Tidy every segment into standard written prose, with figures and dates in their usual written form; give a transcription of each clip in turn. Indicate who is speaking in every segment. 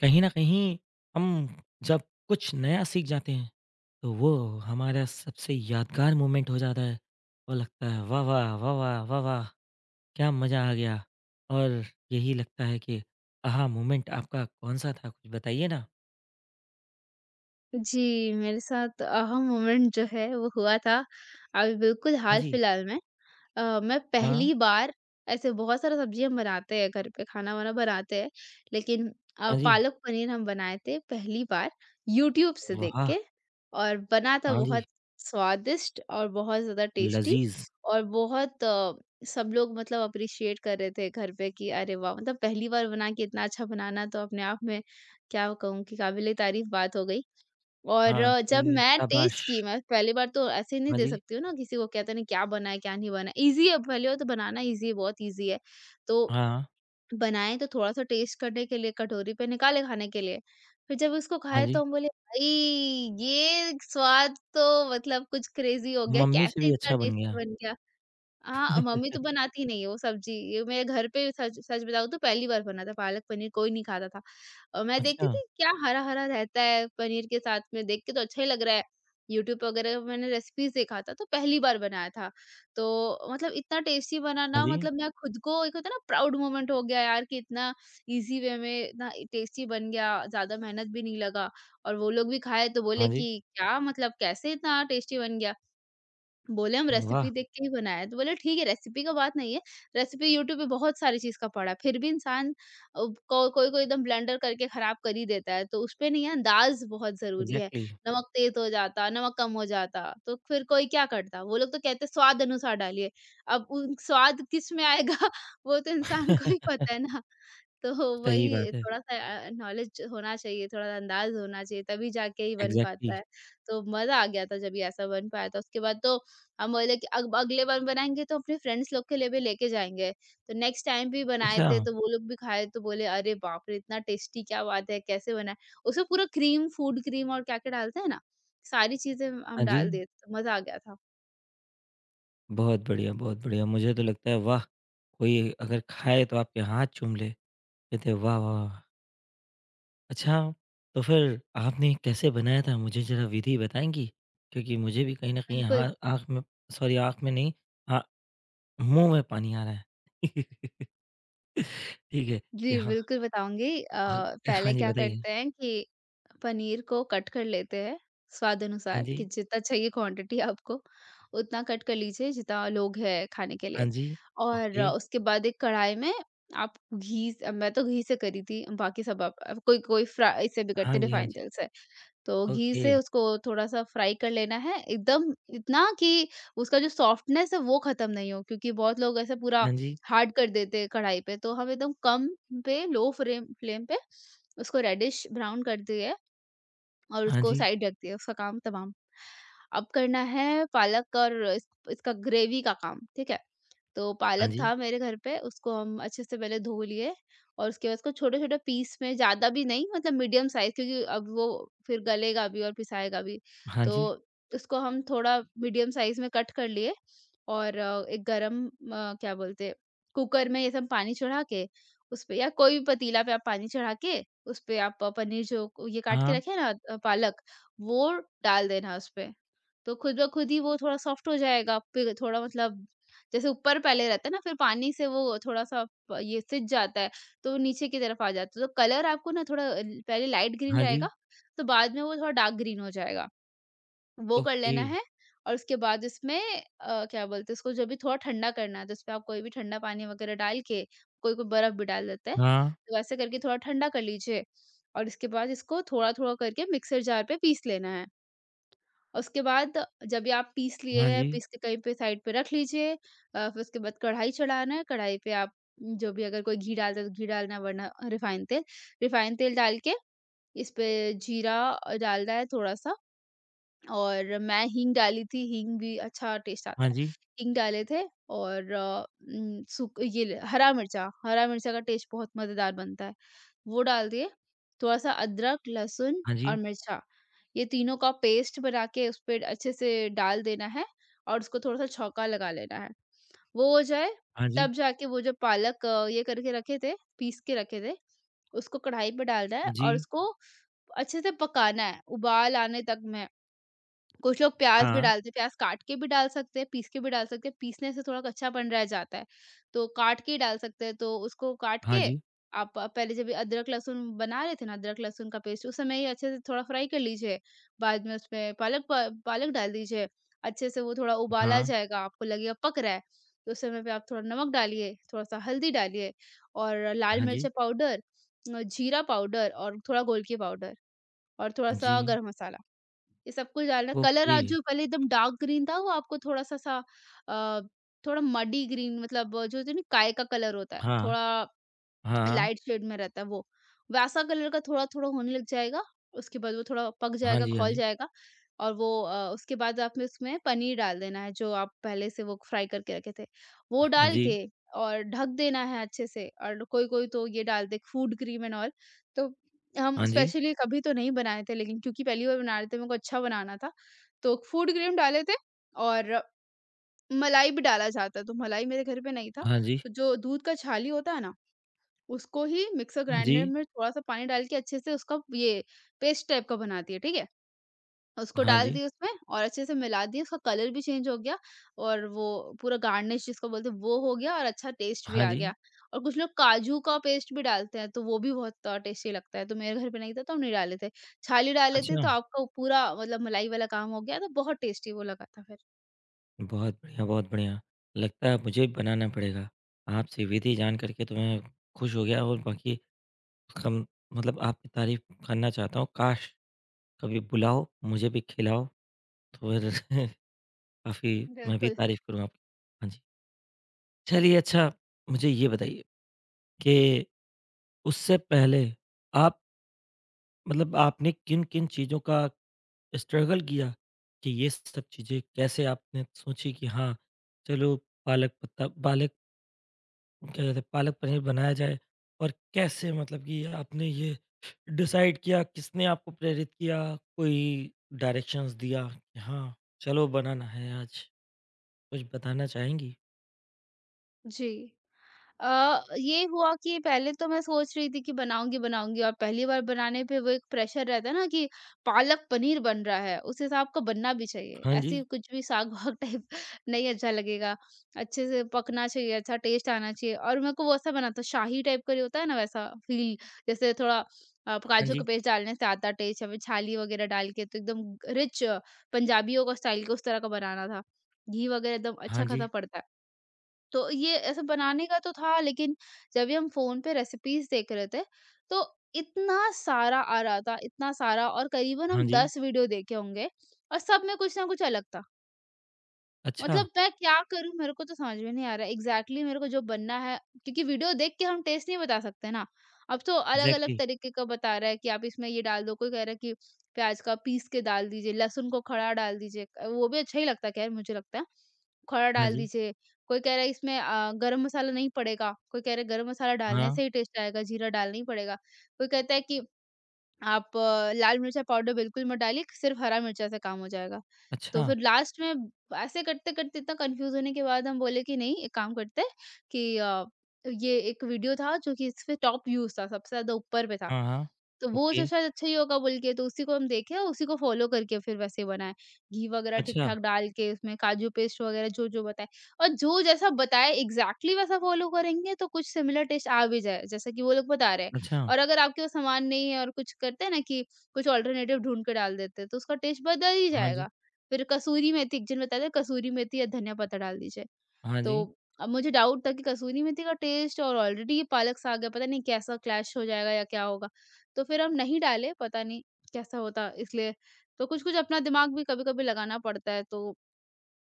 Speaker 1: कहीं न कहीं हम जब कुछ नया सीख जाते हैं, तो वो हमारा सबसे यादगार मोमेंट हो जाता है और लगता है वाह वाह! वाह वाह! वाह वाह! क्या मज़ा आ गया। और यही लगता है कि आहा मोमेंट आपका कौन-सा था? कुछ बताइए ना?
Speaker 2: जी, मेरे साथ अहा मोमेंट जो है वो हुआ था, अभी बिल्कुल
Speaker 1: हाँ जी,
Speaker 2: हाल-फिलहाल में। मैं
Speaker 1: हाँ,
Speaker 2: पहली बार ऐसे बहुत सारा सब्ज़ी हम बनाते हैं घर पे, खाना-वाना बनाते हैं, लेकिन
Speaker 1: हाँ जी,
Speaker 2: पालक पनीर हम बनाए थे पहली बार यूट्यूब से देख
Speaker 1: वाह!
Speaker 2: के। और बना था
Speaker 1: हाँ जी,
Speaker 2: बहुत स्वादिष्ट और बहुत ज़्यादा टेस्टी।
Speaker 1: लज़ीज़,
Speaker 2: और बहुत सब लोग मतलब अप्रिशिएट कर रहे थे घर पे कि अरे वाह! मतलब पहली बार बना के इतना अच्छा बनाना तो अपने आप में क्या कहूँ कि काबिल-ए-तारीफ़ बात हो गई। और
Speaker 1: हाँ, तो
Speaker 2: जब
Speaker 1: ये
Speaker 2: मैं टेस्ट
Speaker 1: शाबाश!
Speaker 2: की मैं पहली बार, तो ऐसे नहीं
Speaker 1: हाँ
Speaker 2: दे
Speaker 1: जी,
Speaker 2: सकती हूँ ना, किसी को कहते नहीं क्या बना है क्या नहीं बना है। ईज़ी है, पहले हो तो बनाना ईज़ी है, बहुत ईज़ी है। तो
Speaker 1: हाँ,
Speaker 2: बनाए तो थोड़ा-सा टेस्ट करने के लिए कटोरी पे निकाले खाने के लिए। फिर जब उसको
Speaker 1: हाँ
Speaker 2: खाए
Speaker 1: जी,
Speaker 2: तो हम बोले, भाई ये स्वाद तो मतलब कुछ क्रेज़ी हो गया,
Speaker 1: मम्मी से
Speaker 2: कैसे
Speaker 1: भी
Speaker 2: इतना
Speaker 1: अच्छा बन
Speaker 2: टेस्टी
Speaker 1: गया।
Speaker 2: बन गया? हाँ, मम्मी तो बनाती नहीं है वो सब्ज़ी, ये मेरे घर पे सच सच बताऊँ तो पहली बार बना था पालक पनीर, कोई नहीं खाता था। और मैं देखती
Speaker 1: अच्छा,
Speaker 2: थी क्या हरा-हरा रहता है पनीर के साथ में, देख के तो अच्छा ही लग रहा है। यूट्यूब वगैरह पे मैंने रेसिपीज़ देखा था, तो पहली बार बनाया था। तो मतलब इतना टेस्टी बना
Speaker 1: हाँ
Speaker 2: ना,
Speaker 1: जी,
Speaker 2: मतलब मैं खुद को, एक होता है ना प्राउड मोमेंट, हो गया यार कि इतना ईज़ी वे में इतना टेस्टी बन गया, ज़्यादा मेहनत भी नहीं लगा। और वो लोग भी खाए तो
Speaker 1: हाँ
Speaker 2: बोले
Speaker 1: जी,
Speaker 2: कि क्या मतलब, कैसे इतना टेस्टी बन गया? बोले, हम
Speaker 1: वाह!
Speaker 2: रेसिपी देख के ही बनाया है, तो बोले ठीक है रेसिपी का बात नहीं है। रेसिपी यूट्यूब पे बहुत सारी चीज़ का पड़ा है, फिर भी इंसान को कोई-कोई एकदम ब्लेंडर करके खराब कर ही देता है, तो उसपे नहीं है, अंदाज़ बहुत ज़रूरी है।
Speaker 1: एग्ज़ैक्टली
Speaker 2: नमक तेज़ हो जाता, नमक कम हो जाता, तो फिर कोई क्या करता? वो लोग तो कहते हैं स्वाद अनुसार डालिए, अब उन स्वाद किस में आएगा वो तो इंसान को ही पता है ना। तो
Speaker 1: सही
Speaker 2: वही
Speaker 1: बात है।
Speaker 2: थोड़ा-सा नॉलेज होना चाहिए, थोड़ा अंदाज़ होना चाहिए, तभी जाके ही बन
Speaker 1: एग्ज़ैक्टली
Speaker 2: पाता है। तो मज़ा आ गया था जब ये ऐसा बन पाया था, उसके बाद तो हम बोले कि अब अगले बार बनाएँगे तो अपने फ्रेंड्स लोग के लिए भी लेके जाएँगे। तो नेक्स्ट टाइम भी बनाए
Speaker 1: अच्छा,
Speaker 2: थे, तो वो लोग भी खाए तो बोले, अरे बाप रे! इतना टेस्टी क्या बात है, कैसे बना है? उसमें पूरा क्रीम, फूड क्रीम और क्या-क्या डालते हैं ना, सारी चीज़ें
Speaker 1: हाँ
Speaker 2: हम
Speaker 1: जी,
Speaker 2: डाल दिए, मज़ा आ गया था।
Speaker 1: बहुत बढ़िया, बहुत बढ़िया। मुझे तो लगता है वाह! कोई अगर खाए तो आपके हाथ चूम ले, कहते वाह, वाह, वाह! अच्छा, तो फिर आपने कैसे बनाया था मुझे ज़रा विधि बताएँगी? क्योंकि मुझे भी कहीं न कहीं
Speaker 2: बिल्कुल।
Speaker 1: हाँ, आँख में सॉरी आँख में नहीं हाँ, मुँह में पानी आ रहा है। ठीक है, कि
Speaker 2: जी,
Speaker 1: हाँ,
Speaker 2: बिल्कुल बताऊँगी।
Speaker 1: बहुत हाँ
Speaker 2: पहले
Speaker 1: जी,
Speaker 2: क्या
Speaker 1: बताइए।
Speaker 2: करते हैं कि पनीर को कट कर लेते हैं स्वाद
Speaker 1: हाँ
Speaker 2: अनुसार, कि
Speaker 1: जी,
Speaker 2: जितना चाहिए क्वांटिटी आपको, उतना कट कर लीजिए, जितना लोग हैं खाने के
Speaker 1: हाँ
Speaker 2: लिए।
Speaker 1: जी,
Speaker 2: और
Speaker 1: ओके,
Speaker 2: उसके बाद एक कढ़ाई में आप घी स मैं तो घी से करी थी, बाकी सब कोई कोई फ्राई से भी
Speaker 1: हाँ
Speaker 2: करते हैं,
Speaker 1: जी, हाँ
Speaker 2: रिफाइंड
Speaker 1: जी,
Speaker 2: तेल से। तो घी
Speaker 1: ओके,
Speaker 2: से उसको थोड़ा-सा फ्राई कर लेना है, एकदम इतना कि उसका जो सॉफ्टनेस है वो ख़त्म नहीं हो, क्योंकि बहुत लोग ऐसे पूरा
Speaker 1: हाँ जी,
Speaker 2: हार्ड कर देते हैं कढ़ाई पे। तो हम एकदम कम पे, लो फ्लेम फ्लेम पे उसको रेडिश ब्राउन कर दिए और
Speaker 1: हाँ
Speaker 2: उसको
Speaker 1: जी,
Speaker 2: साइड रख दिया, उसका काम तमाम। अब करना है पालक और इस इसका ग्रेवी का काम, ठीक है? तो
Speaker 1: हाँ
Speaker 2: पालक
Speaker 1: जी,
Speaker 2: था मेरे घर पे, उसको हम अच्छे से पहले धो लिए। और उसके बाद उसको छोटे-छोटे पीस में, ज़्यादा भी नहीं मतलब मीडियम साइज़, क्योंकि अब वो फिर गलेगा भी और पिसाएगा भी।
Speaker 1: हाँ
Speaker 2: तो
Speaker 1: जी,
Speaker 2: उसको हम थोड़ा मीडियम साइज़ में कट कर लिए। और एक गरम क्या बोलते हैं, कुकर में ये सब पानी चढ़ा के उसपे, या कोई भी पतीला पे आप पानी चढ़ा के उसपे, आप पनीर जो ये काट के
Speaker 1: हाँ,
Speaker 2: रखे हैं ना पालक, वो डाल देना उसपे। तो खुद ब खुद ही वो थोड़ा सॉफ्ट हो जाएगा, फिर थोड़ा मतलब, जैसे ऊपर पहले रहता है ना, फिर पानी से वो थोड़ा-सा प ये सिज जाता है, तो वो नीचे की तरफ आ जाता है। तो कलर आपको ना थोड़ा पहले लाइट ग्रीन
Speaker 1: हाँ जी,
Speaker 2: रहेगा, तो बाद में वो थोड़ा डार्क ग्रीन हो जाएगा। वो कर
Speaker 1: ओके।
Speaker 2: लेना है। और उसके बाद इसमें क्या बोलते हैं, उसको जब भी थोड़ा ठंडा करना है तो उसपे आप कोई भी ठंडा पानी वगैरह डाल के, कोई कोई बर्फ भी डाल देता है,
Speaker 1: हाँ,
Speaker 2: तो वैसे करके थोड़ा ठंडा कर लीजिए। और इसके बाद इसको थोड़ा थोड़ा करके मिक्सर जार पे पीस लेना है। और उसके बाद जब ये आप पीस लिए
Speaker 1: हाँ
Speaker 2: हैं,
Speaker 1: जी,
Speaker 2: पीस के कहीं पे साइड पे रख लीजिए। फिर उसके बाद कढ़ाई चढ़ाना है, कढ़ाई पे आप जो भी, अगर कोई घी डालता है तो घी डालना, वरना रिफाइन तेल, डाल के इस पे जीरा डालना है थोड़ा सा। और मैं हींग डाली थी, हींग भी अच्छा टेस्ट
Speaker 1: हाँ
Speaker 2: आता है।
Speaker 1: जी,
Speaker 2: हींग डाले थे। और उम, सूख ये ल हरा मिर्चा का टेस्ट बहुत मज़ेदार बनता है। वो डाल दिए, थोड़ा-सा अदरक, लहसुन
Speaker 1: हाँ
Speaker 2: और
Speaker 1: जी,
Speaker 2: मिर्चा, ये तीनों का पेस्ट बना के उस पे अच्छे से डाल देना है और उसको थोड़ा-सा छौंका लगा लेना है। वो हो जाए,
Speaker 1: हाँ जी,
Speaker 2: तब जाके वो जो पालक ये करके रखे थे, पीस के रखे थे, उसको कढ़ाई पे डालना है और
Speaker 1: जी,
Speaker 2: उसको अच्छे से पकाना है, उबाल आने तक में। कुछ लोग प्याज़ भी
Speaker 1: हाँ,
Speaker 2: डालते हैं, प्याज़ काट के भी डाल सकते हैं, पीस के भी डाल सकते हैं, पीसने से थोड़ा कच्चापन रह जाता है, तो काट के ही डाल सकते हैं। तो उसको काट
Speaker 1: हाँ
Speaker 2: के,
Speaker 1: जी,
Speaker 2: आप पहले जब ये अदरक-लहसुन बना रहे थे ना, अदरक-लहसुन का पेस्ट, उस समय ही अच्छे से थोड़ा फ्राई कर लीजिए। बाद में उसमें पालक डाल दीजिए। अच्छे से वो थोड़ा उबाला
Speaker 1: हाँ,
Speaker 2: जाएगा, आपको लगेगा पक रहा है, तो उस समय पे आप थोड़ा नमक डालिए, थोड़ा-सा हल्दी डालिए और लाल
Speaker 1: हाँ
Speaker 2: मिर्च
Speaker 1: जी,
Speaker 2: पाउडर, जीरा पाउडर और थोड़ा गोल की पाउडर और थोड़ा-सा
Speaker 1: जी,
Speaker 2: गरम मसाला। ये सब कुछ डालना। कलर,
Speaker 1: ओके,
Speaker 2: आज जो पहले एकदम डार्क ग्रीन था, वो आपको थोड़ा सा सा अ, थोड़ा मडी ग्रीन, मतलब जो होता है ना काय का कलर, होता है
Speaker 1: हाँ,
Speaker 2: थोड़ा
Speaker 1: हाँ,
Speaker 2: लाइट शेड में रहता है वो, वैसा कलर का थोड़ा-थोड़ा होने लग जाएगा। उसके बाद वो थोड़ा पक
Speaker 1: हाँ
Speaker 2: जाएगा,
Speaker 1: जी, हाँ
Speaker 2: खौल
Speaker 1: जी,
Speaker 2: जाएगा। और वो उसके बाद आपने उसमें पनीर डाल देना है, जो आप पहले से वो फ्राई करके रखे थे। वो
Speaker 1: हाँ
Speaker 2: डाल के और ढक देना है अच्छे से। और कोई-कोई तो ये डाल दे फूड क्रीम एंड ऑल। तो हम
Speaker 1: जी,
Speaker 2: स्पेशली कभी तो नहीं बनाए थे, लेकिन क्योंकि पहली बार बना रहे थे, मेरे को अच्छा बनाना था, तो फूड क्रीम डाले थे। और मलाई भी डाला जाता है, तो मलाई मेरे घर पे नहीं था,
Speaker 1: हाँ जी,
Speaker 2: तो जो दूध का छाली होता है ना, उसको ही मिक्सर
Speaker 1: हाँ जी,
Speaker 2: ग्राइंडर में थोड़ा-सा पानी डाल के अच्छे से उसका ये पेस्ट टाइप का बनाती है, ठीक है? उसको
Speaker 1: हाँ जी,
Speaker 2: डाल
Speaker 1: हाँ जी,
Speaker 2: दिए उसमें और अच्छे से मिला दिए, उसका कलर भी चेंज हो गया और वो पूरा गार्निश जिसको बोलते हैं वो हो गया और अच्छा टेस्ट भी
Speaker 1: हाँ
Speaker 2: आ
Speaker 1: जी,
Speaker 2: गया। और कुछ लोग काजू का पेस्ट भी डालते हैं, तो वो भी बहुत टेस्टी लगता है। तो मेरे घर पे नहीं था तो हम नहीं डाले थे। छाली डाले थे
Speaker 1: अच्छा,
Speaker 2: तो आपका वो पूरा मतलब मलाई वाला काम हो गया, तो बहुत टेस्टी वो लगा था फिर।
Speaker 1: बहुत बढ़िया, बहुत बढ़िया। लगता है मुझे भी बनाना पड़ेगा। आपसे विधि जान कर के तो मैं खुश हो गया और बाकी कम मतलब आपकी तारीफ़ करना चाहता हूँ, काश! कभी बुलाओ, मुझे भी खिलाओ तो फिर काफ़ी मैं भी
Speaker 2: बिल्कुल।
Speaker 1: तारीफ़ करूँगा आपकी। हाँ जी। चलिए अच्छा मुझे ये बताइए कि उससे पहले आप मतलब आपने किन-किन चीज़ों का स्ट्रगल किया कि ये सब चीज़ें कैसे आपने सोची कि हाँ, चलो पालक पत्ता पालक क्या कहते हैं पालक पनीर बनाया जाए और कैसे मतलब कि आपने ये डिसाइड किया, किसने आपको प्रेरित किया, कोई डायरेक्शंस दिया कि हाँ, चलो बनाना है आज? कुछ बताना चाहेंगी?
Speaker 2: जी। ये हुआ कि पहले तो मैं सोच रही थी कि बनाऊँगी, बनाऊँगी, और पहली बार बनाने पे वो एक प्रेशर रहता है ना, कि पालक पनीर बन रहा है, उस हिसाब का बनना भी चाहिए।
Speaker 1: हाँ जी,
Speaker 2: ऐसे ही कुछ भी साग-वाग टाइप नहीं अच्छा लगेगा। अच्छे से पकना चाहिए, अच्छा टेस्ट आना चाहिए, और मेरे को वो ऐसा बनाता शाही टाइप का, जो होता है ना वैसा फ़ील, जैसे थोड़ा
Speaker 1: हाँ
Speaker 2: काजू
Speaker 1: जी,
Speaker 2: का पेस्ट डालने से आता टेस्ट, या फिर छाली वग़ैरह डाल के तो एकदम रिच, पंजाबियों का स्टाइल के उस तरह का बनाना था। घी वग़ैरह एकदम अच्छा
Speaker 1: हाँ जी।
Speaker 2: ख़ासा पड़ता है। तो ये ऐसे बनाने का तो था, लेकिन जब भी हम फ़ोन पे रेसिपीज़ देख रहे थे, तो इतना सारा आ रहा था, इतना सारा, और करीबन
Speaker 1: हाँ
Speaker 2: हम
Speaker 1: जी।
Speaker 2: 10 वीडियो देखे होंगे और सब में कुछ ना कुछ अलग था।
Speaker 1: अच्छा,
Speaker 2: मतलब मैं क्या करूँ, मेरे को तो समझ में नहीं आ रहा है एग्जैक्टली मेरे को जो बनना है, क्योंकि वीडियो देख के हम टेस्ट नहीं बता सकते ना। अब तो अलग अलग
Speaker 1: एग्ज़ैक्टली।
Speaker 2: तरीके का बता रहा है कि आप इसमें ये डाल दो, कोई कह रहा है कि प्याज का पीस के डाल दीजिए, लहसुन को खड़ा डाल दीजिए वो भी अच्छा ही लगता है, खैर मुझे लगता है खड़ा
Speaker 1: हाँ
Speaker 2: डाल
Speaker 1: जी।
Speaker 2: दीजिए। कोई कह रहा है इसमें गरम मसाला नहीं पड़ेगा, कोई कह रहा है गरम मसाला डालने
Speaker 1: हाँ।
Speaker 2: से ही टेस्ट आएगा, जीरा डालना ही पड़ेगा। कोई कहता है कि आप लाल मिर्चा पाउडर बिल्कुल मत डालिए, सिर्फ़ हरा मिर्चा से काम हो जाएगा। तो
Speaker 1: अच्छा।
Speaker 2: फिर लास्ट में ऐसे करते-करते इतना कन्फ्यूज़ होने के बाद हम बोले कि नहीं, एक काम करते हैं कि ये एक वीडियो था जो कि इस पे टॉप व्यूज़ था, सबसे ज़्यादा ऊपर पे था।
Speaker 1: हाँ, हाँ।
Speaker 2: तो वो जो
Speaker 1: ओके।
Speaker 2: शायद अच्छा ही होगा बोल के, तो उसी को हम देखे और उसी को फ़ॉलो करके फिर वैसे बनाए। घी वगैरह
Speaker 1: अच्छा,
Speaker 2: ठीक-ठाक डाल के उसमें काजू पेस्ट वगैरह जो-जो बताए और जो जैसा बताए एग्ज़ैक्टली वैसा फ़ॉलो करेंगे, तो कुछ सिमिलर टेस्ट आ भी जाए, जैसा कि वो लोग बता रहे हैं।
Speaker 1: अच्छा।
Speaker 2: और अगर आपके पास सामान नहीं है और कुछ करते हैं ना, कि कुछ ऑल्टरनेटिव ढूँढ के डाल देते हैं, तो उसका टेस्ट बदल ही
Speaker 1: हाँ जी,
Speaker 2: जाएगा। फिर कसूरी मेथी, एक जन बताया था, कसूरी मेथी या धनिया पत्ता डाल दीजिए।
Speaker 1: हाँ
Speaker 2: तो
Speaker 1: जी।
Speaker 2: अब मुझे डाउट था कि कसूरी मेथी का टेस्ट और ऑलरेडी ये पालक साग है, पता नहीं कैसा क्लैश हो जाएगा या क्या होगा? तो फिर हम नहीं डाले, पता नहीं कैसा होता, इसलिए। तो कुछ-कुछ अपना दिमाग भी कभी-कभी लगाना पड़ता है, तो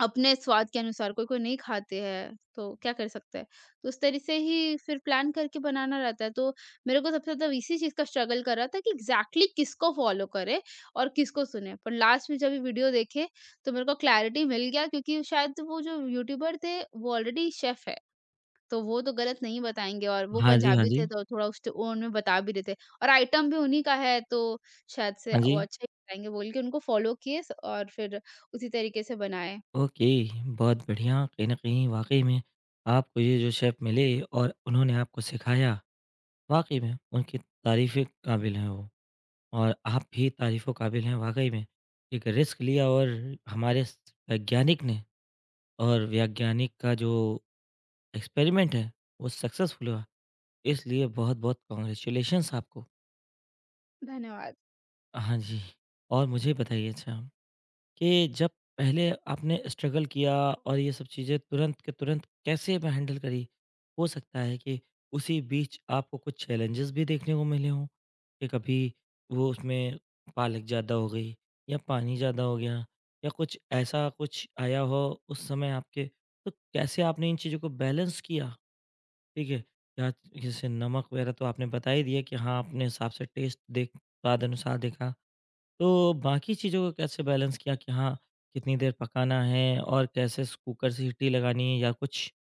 Speaker 2: अपने स्वाद के अनुसार कोई-कोई नहीं खाते हैं, तो क्या कर सकते हैं? तो उस तरह से ही फिर प्लान करके बनाना रहता है। तो मेरे को सबसे ज़्यादा इसी चीज़ का स्ट्रगल कर रहा था कि एग्ज़ैक्टली किसको फ़ॉलो करें और किसको सुनें? पर लास्ट में जब ये वीडियो देखे, तो मेरे को क्लैरिटी मिल गया, क्योंकि शायद वो जो यूट्यूबर थे, वो ऑलरेडी शेफ़ है, तो वो तो गलत नहीं बताएँगे। और वो
Speaker 1: हाँ जी, हाँ
Speaker 2: पंजाबी थे,
Speaker 1: जी।
Speaker 2: तो थोड़ा उस ट ओन में बता भी रहे थे और आइटम भी उन्हीं का है, तो शायद से
Speaker 1: हाँ जी।
Speaker 2: वो अच्छा ही बताएँगे बोल के उनको फ़ॉलो किए स और फिर उसी तरीके से बनाए।
Speaker 1: ओके, बहुत बढ़िया। कहीं न कहीं वाक़ई में आपको ये जो शेफ़ मिले और उन्होंने आपको सिखाया, वाक़ई में उनकी तारीफ़ काबिल हैं वो और आप भी तारीफ़ों काबिल हैं वाक़ई में। एक रिस्क लिया और हमारे स वैज्ञानिक ने और वैज्ञानिक का जो एक्सपेरिमेंट है, वो सक्सेसफुल हुआ। इसलिए बहुत-बहुत कांग्रेचुलेशंस आपको।
Speaker 2: धन्यवाद।
Speaker 1: हाँ जी, और मुझे बताइए अच्छा कि जब पहले आपने स्ट्रगल किया और ये सब चीज़ें तुरंत के तुरंत कैसे ब हैंडल करी? हो सकता है कि उसी बीच आपको कुछ चैलेंजेस भी देखने को मिले हों, कि कभी वो उसमें पालक ज़्यादा हो गई या पानी ज़्यादा हो गया या कुछ ऐसा कुछ आया हो उस समय आपके, तो कैसे आपने इन चीज़ों को बैलेंस किया? ठीक है। या जैसे नमक वगैरह तो आपने बता ही दिया कि हाँ, अपने हिसाब से टेस्ट देख स्वाद अनुसार देखा। तो बाकी चीज़ों को कैसे बैलेंस किया कि हाँ, कितनी देर पकाना है और कैसे स कुकर से सीटी लगानी है या कुछ?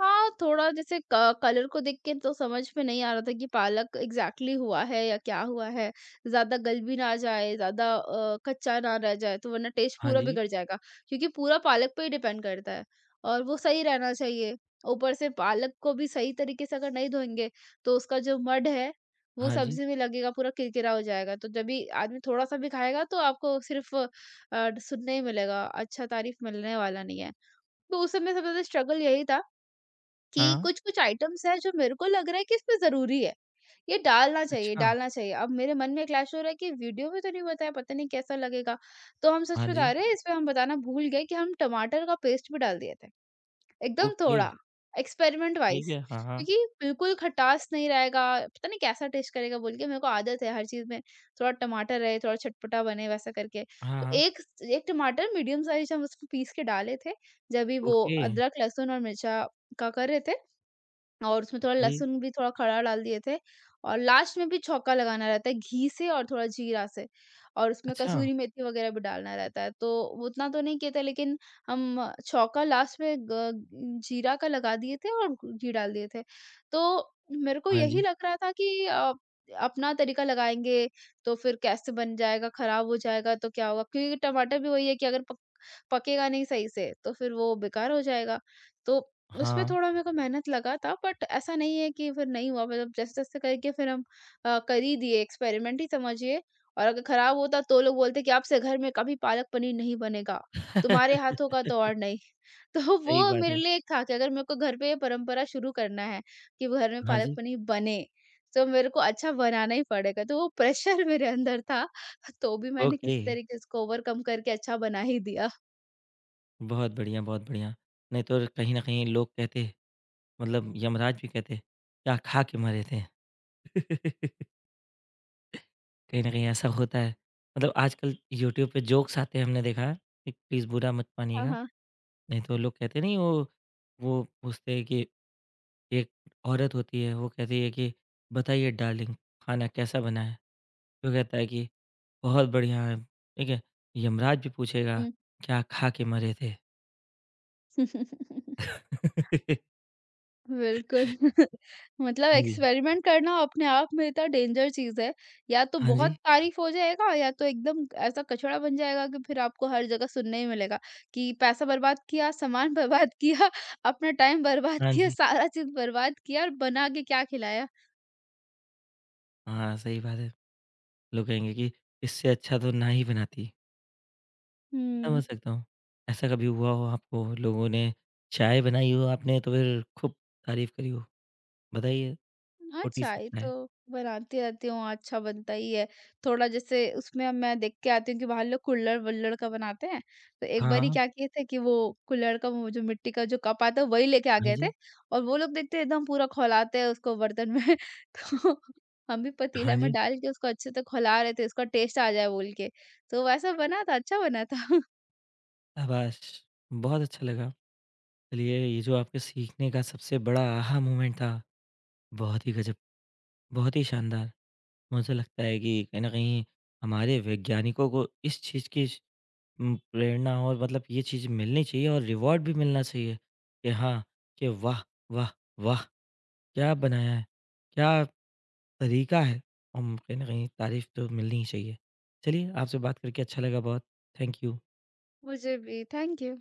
Speaker 2: हाँ, थोड़ा जैसे क कलर को देख के तो समझ में नहीं आ रहा था कि पालक एग्ज़ैक्टली हुआ है या क्या हुआ है। ज़्यादा गल भी ना जाए, ज़्यादा कच्चा ना रह जाए, तो वरना टेस्ट
Speaker 1: हाँ
Speaker 2: पूरा
Speaker 1: जी,
Speaker 2: बिगड़ जाएगा, क्योंकि पूरा पालक पे ही डिपेंड करता है और वो सही रहना चाहिए। ऊपर से पालक को भी सही तरीके से अगर नहीं धोएँगे, तो उसका जो मड है, वो
Speaker 1: हाँ जी,
Speaker 2: सब्ज़ी में लगेगा, पूरा किरकिरा हो जाएगा। तो जब भी आदमी थोड़ा-सा भी खाएगा, तो आपको सिर्फ़ सुनने ही मिलेगा, अच्छा तारीफ़ मिलने वाला नहीं है। तो उस समय सबसे ज़्यादा स्ट्रगल यही था कि
Speaker 1: हाँ,
Speaker 2: कुछ-कुछ आइटम्स हैं जो मेरे को लग रहा है कि इसमें ज़रूरी है, ये डालना चाहिए,
Speaker 1: अच्छा,
Speaker 2: डालना चाहिए। अब मेरे मन में क्लैश हो रहा है कि वीडियो में तो नहीं बताया, पता नहीं कैसा लगेगा। तो हम सच
Speaker 1: हाँ
Speaker 2: बता
Speaker 1: जी,
Speaker 2: रहे हैं, इसमें हम बताना भूल गए कि हम टमाटर का पेस्ट भी डाल दिए थे, एकदम
Speaker 1: ओके,
Speaker 2: थोड़ा, एक्सपेरिमेंट वाइज़।
Speaker 1: ठीक है, हाँ, हाँ,
Speaker 2: क्योंकि बिल्कुल खटास नहीं रहेगा, पता नहीं कैसा टेस्ट करेगा बोल के, मेरे को आदत है हर चीज़ में थोड़ा टमाटर रहे, थोड़ा चटपटा बने वैसा करके।
Speaker 1: हाँ,
Speaker 2: तो
Speaker 1: हाँ,
Speaker 2: एक, एक टमाटर मीडियम साइज़ हम उसको पीस के डाले थे, जब भी वो
Speaker 1: ओके, हाँ
Speaker 2: अदरक, लहसुन और मिर्चा का कर रहे थे। और उसमें थोड़ा
Speaker 1: जी,
Speaker 2: लहसुन भी थोड़ा खड़ा डाल दिए थे और लास्ट में भी छौंका लगाना रहता है घी से और थोड़ा जीरा से, और उसमें
Speaker 1: अच्छा,
Speaker 2: कसूरी मेथी वगैरह भी डालना रहता है। तो वो उतना तो नहीं किए थे, लेकिन हम छौंका लास्ट में ग जीरा का लगा दिए थे और घी डाल दिए थे। तो मेरे को
Speaker 1: हाँ जी,
Speaker 2: यही लग रहा था कि अपना तरीका लगाएँगे, तो फिर कैसे बन जाएगा, खराब हो जाएगा तो क्या होगा? क्योंकि टमाटर भी वही है कि अगर पक पकेगा नहीं सही से, तो फिर वो बेकार हो जाएगा। तो उसपे
Speaker 1: हाँ,
Speaker 2: थोड़ा मेरे को मेहनत लगा था, बट ऐसा नहीं है कि फिर नहीं हुआ, मतलब जैसे-जैसे करके फिर हम कर ही दिए, एक्सपेरिमेंट ही समझिए। और अगर खराब होता, तो लोग बोलते कि आपसे घर में कभी पालक पनीर नहीं बनेगा, तुम्हारे हाथों का तो और नहीं। तो
Speaker 1: सही
Speaker 2: वो
Speaker 1: बात
Speaker 2: मेरे
Speaker 1: है,
Speaker 2: लिए एक था कि अगर मेरे को घर पे ये परंपरा शुरू करना है कि घर में
Speaker 1: हाँ
Speaker 2: पालक
Speaker 1: जी,
Speaker 2: पनीर बने, तो मेरे को अच्छा बनाना ही पड़ेगा। तो वो प्रेशर मेरे अंदर था, तो भी मैंने
Speaker 1: ओके,
Speaker 2: किसी तरीके से उसको ओवरकम करके अच्छा बना ही दिया।
Speaker 1: बहुत बढ़िया, बहुत बढ़िया। नहीं तो कहीं न कहीं लोग कहते मतलब यमराज भी कहते क्या खा के मरे थे। कहीं न कहीं ऐसा होता है। मतलब आजकल यूट्यूब पे जोक्स आते हैं हमने देखा है, एक प्लीज़ बुरा मत
Speaker 2: हाँ,
Speaker 1: मानिएगा।
Speaker 2: हाँ।
Speaker 1: नहीं तो लोग कहते नहीं वो वो पूछते हैं कि एक औरत होती है वो कहती है कि बताइए डार्लिंग खाना कैसा बना है? वो कहता है कि बहुत बढ़िया है, ठीक है? यमराज भी पूछेगा
Speaker 2: हुँ।
Speaker 1: क्या खा के मरे थे?
Speaker 2: बिल्कुल। मतलब
Speaker 1: हाँ जी,
Speaker 2: एक्सपेरिमेंट करना अपने आप में इतना डेंजर चीज़ है। या तो
Speaker 1: हाँ
Speaker 2: बहुत
Speaker 1: जी,
Speaker 2: तारीफ़ हो जाएगा, या तो एकदम ऐसा कचड़ा बन जाएगा कि फिर आपको हर जगह सुनने ही मिलेगा कि पैसा बर्बाद किया, सामान बर्बाद किया, अपना टाइम बर्बाद
Speaker 1: हाँ
Speaker 2: किया,
Speaker 1: जी।
Speaker 2: सारा चीज़ बर्बाद किया और बना के क्या खिलाया।
Speaker 1: हाँ, सही बात है। लोग कहेंगे कि इससे अच्छा तो ना ही बनाती।
Speaker 2: हुँ।
Speaker 1: समझ सकता हूँ। ऐसा कभी हुआ हो आपको लोगों ने चाय बनाई हो आपने तो फिर खूब तारीफ़ करी हो? बताइए
Speaker 2: हाँ,
Speaker 1: छोटी सी
Speaker 2: चाय
Speaker 1: चाय।
Speaker 2: तो बनाती रहती हूँ, अच्छा बनता ही है। थोड़ा जैसे उसमें, अब मैं देख के आती हूँ कि बाहर लोग कुल्हड़-वुल्हड़ का बनाते हैं, तो एक
Speaker 1: हाँ,
Speaker 2: बारी
Speaker 1: हाँ।
Speaker 2: क्या किए थे कि वो कुल्हड़ का वो जो मिट्टी का जो कप आता है, वही लेके आ
Speaker 1: हाँ
Speaker 2: गए
Speaker 1: जी,
Speaker 2: थे। और वो लोग देखते हैं एकदम पूरा खौलाते हैं उसको बर्तन में। तो हम भी
Speaker 1: हाँ
Speaker 2: पतीला में
Speaker 1: जी,
Speaker 2: डाल के उसको अच्छे से खौला रहे थे, उसका टेस्ट आ जाए बोल के। तो वैसा बना था, अच्छा बना था।
Speaker 1: शाबाश! बहुत अच्छा लगा। चलिए ये जो आपके सीखने का सबसे बड़ा आहा मोमेंट था, बहुत ही गज़ब, बहुत ही शानदार। मुझे लगता है कि कहीं न कहीं हमारे वैज्ञानिकों को इस चीज़ की प्रेरणा और मतलब ये चीज़ मिलनी चाहिए और रिवॉर्ड भी मिलना चाहिए कि हाँ, कि वाह, वाह, वाह! क्या बनाया है? क्या तरीका है और कहीं न कहीं तारीफ़ तो मिलनी ही चाहिए। चलिए आपसे बात करके अच्छा लगा बहुत। Thank you.
Speaker 2: मुझे भी, थैंक यू।